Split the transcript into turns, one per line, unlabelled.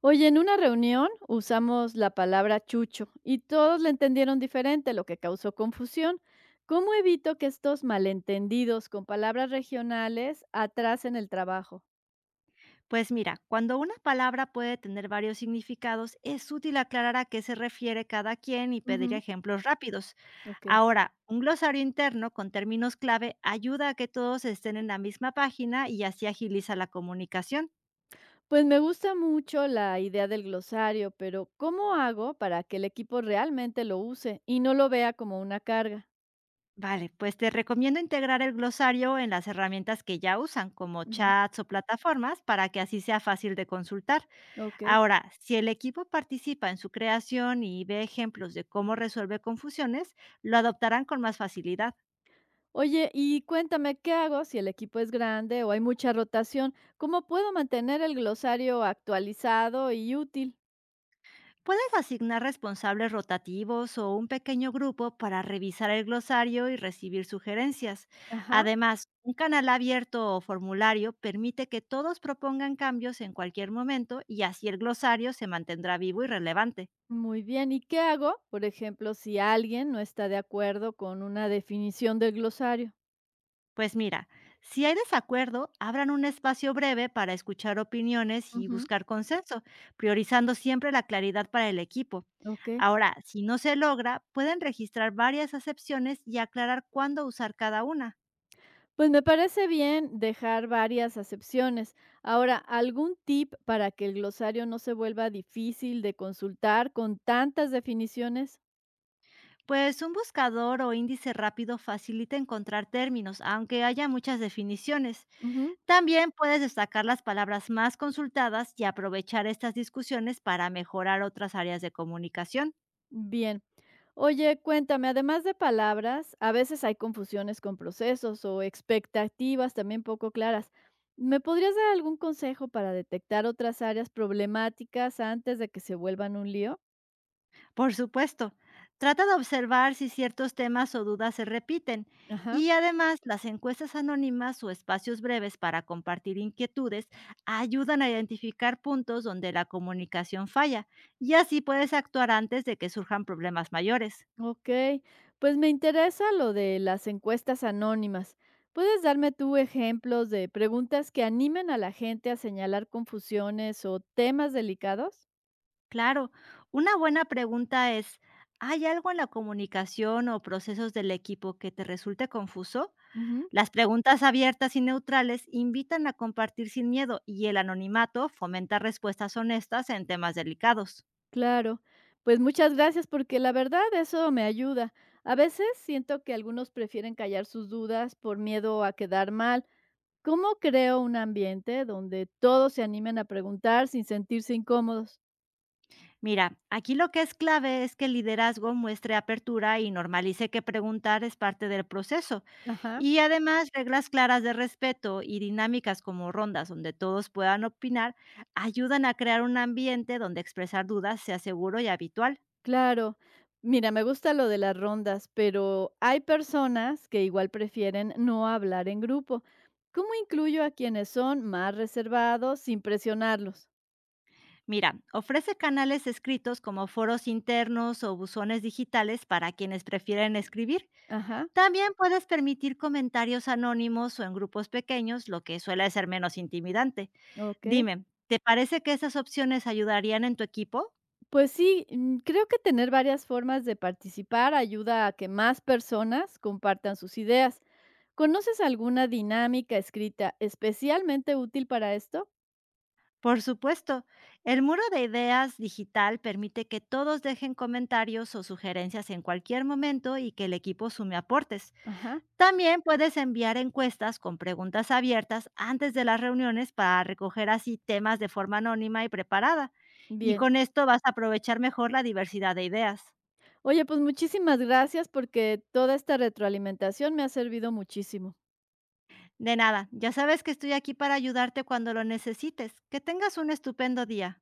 Oye, en una reunión usamos la palabra chucho y todos la entendieron diferente, lo que causó confusión. ¿Cómo evito que estos malentendidos con palabras regionales atrasen el trabajo?
Pues mira, cuando una palabra puede tener varios significados, es útil aclarar a qué se refiere cada quien y pedir
Ujú.
ejemplos rápidos.
Ok.
Ahora, un glosario interno con términos clave ayuda a que todos estén en la misma página y así agiliza la comunicación.
Pues me gusta mucho la idea del glosario, pero ¿cómo hago para que el equipo realmente lo use y no lo vea como una carga?
Vale, pues te recomiendo integrar el glosario en las herramientas que ya usan, como
Ujú.
chats o plataformas, para que así sea fácil de consultar.
Ok.
Ahora, si el equipo participa en su creación y ve ejemplos de cómo resuelve confusiones, lo adoptarán con más facilidad.
Oye, y cuéntame, ¿qué hago si el equipo es grande o hay mucha rotación? ¿Cómo puedo mantener el glosario actualizado y útil?
Puedes asignar responsables rotativos o un pequeño grupo para revisar el glosario y recibir sugerencias.
Ajá,
Además, un canal abierto o formulario permite que todos propongan cambios en cualquier momento y así el glosario se mantendrá vivo y relevante.
muy bien. ¿Y qué hago, por ejemplo, si alguien no está de acuerdo con una definición del glosario?
Pues mira, si hay desacuerdo, abran un espacio breve para escuchar opiniones y
Ujú.
buscar consenso, priorizando siempre la claridad para el equipo.
Ok.
Ahora, si no se logra, pueden registrar varias acepciones y aclarar cuándo usar cada una.
Pues me parece bien dejar varias acepciones. Ahora, ¿algún tip para que el glosario no se vuelva difícil de consultar con tantas definiciones?
Pues un buscador o índice rápido facilita encontrar términos, aunque haya muchas definiciones.
Ujú.
También puedes destacar las palabras más consultadas y aprovechar estas discusiones para mejorar otras áreas de comunicación.
Bien. Oye, cuéntame, además de palabras, a veces hay confusiones con procesos o expectativas también poco claras. ¿Me podrías dar algún consejo para detectar otras áreas problemáticas antes de que se vuelvan un lío?
Por supuesto, trata de observar si ciertos temas o dudas se repiten
Ajá,
y además las encuestas anónimas o espacios breves para compartir inquietudes ayudan a identificar puntos donde la comunicación falla y así puedes actuar antes de que surjan problemas mayores.
ok. Pues me interesa lo de las encuestas anónimas. ¿Puedes darme tú ejemplos de preguntas que animen a la gente a señalar confusiones o temas delicados?
Claro, una buena pregunta es, ¿hay algo en la comunicación o procesos del equipo que te resulte confuso? Las preguntas abiertas y neutrales invitan a compartir sin miedo y el anonimato fomenta respuestas honestas en temas delicados.
Claro, pues muchas gracias porque la verdad eso me ayuda. A veces siento que algunos prefieren callar sus dudas por miedo a quedar mal. ¿Cómo creo un ambiente donde todos se animen a preguntar sin sentirse incómodos?
Mira, aquí lo que es clave es que el liderazgo muestre apertura y normalice que preguntar es parte del proceso.
Ajá,
Y además, reglas claras de respeto y dinámicas como rondas donde todos puedan opinar ayudan a crear un ambiente donde expresar dudas sea seguro y habitual.
claro. Mira, me gusta lo de las rondas, pero hay personas que igual prefieren no hablar en grupo. ¿Cómo incluyo a quienes son más reservados sin presionarlos?
Mira, ofrece canales escritos como foros internos o buzones digitales para quienes prefieren escribir.
Ajá,
También puedes permitir comentarios anónimos o en grupos pequeños, lo que suele ser menos intimidante.
ok.
Dime, ¿te parece que esas opciones ayudarían en tu equipo?
Pues sí, creo que tener varias formas de participar ayuda a que más personas compartan sus ideas. ¿Conoces alguna dinámica escrita especialmente útil para esto?
Por supuesto, el muro de ideas digital permite que todos dejen comentarios o sugerencias en cualquier momento y que el equipo sume aportes.
Ajá,
También puedes enviar encuestas con preguntas abiertas antes de las reuniones para recoger así temas de forma anónima y preparada. Y
bien.
con esto vas a aprovechar mejor la diversidad de ideas.
Oye, pues muchísimas gracias porque toda esta retroalimentación me ha servido muchísimo.
De nada, ya sabes que estoy aquí para ayudarte cuando lo necesites. Que tengas un estupendo día.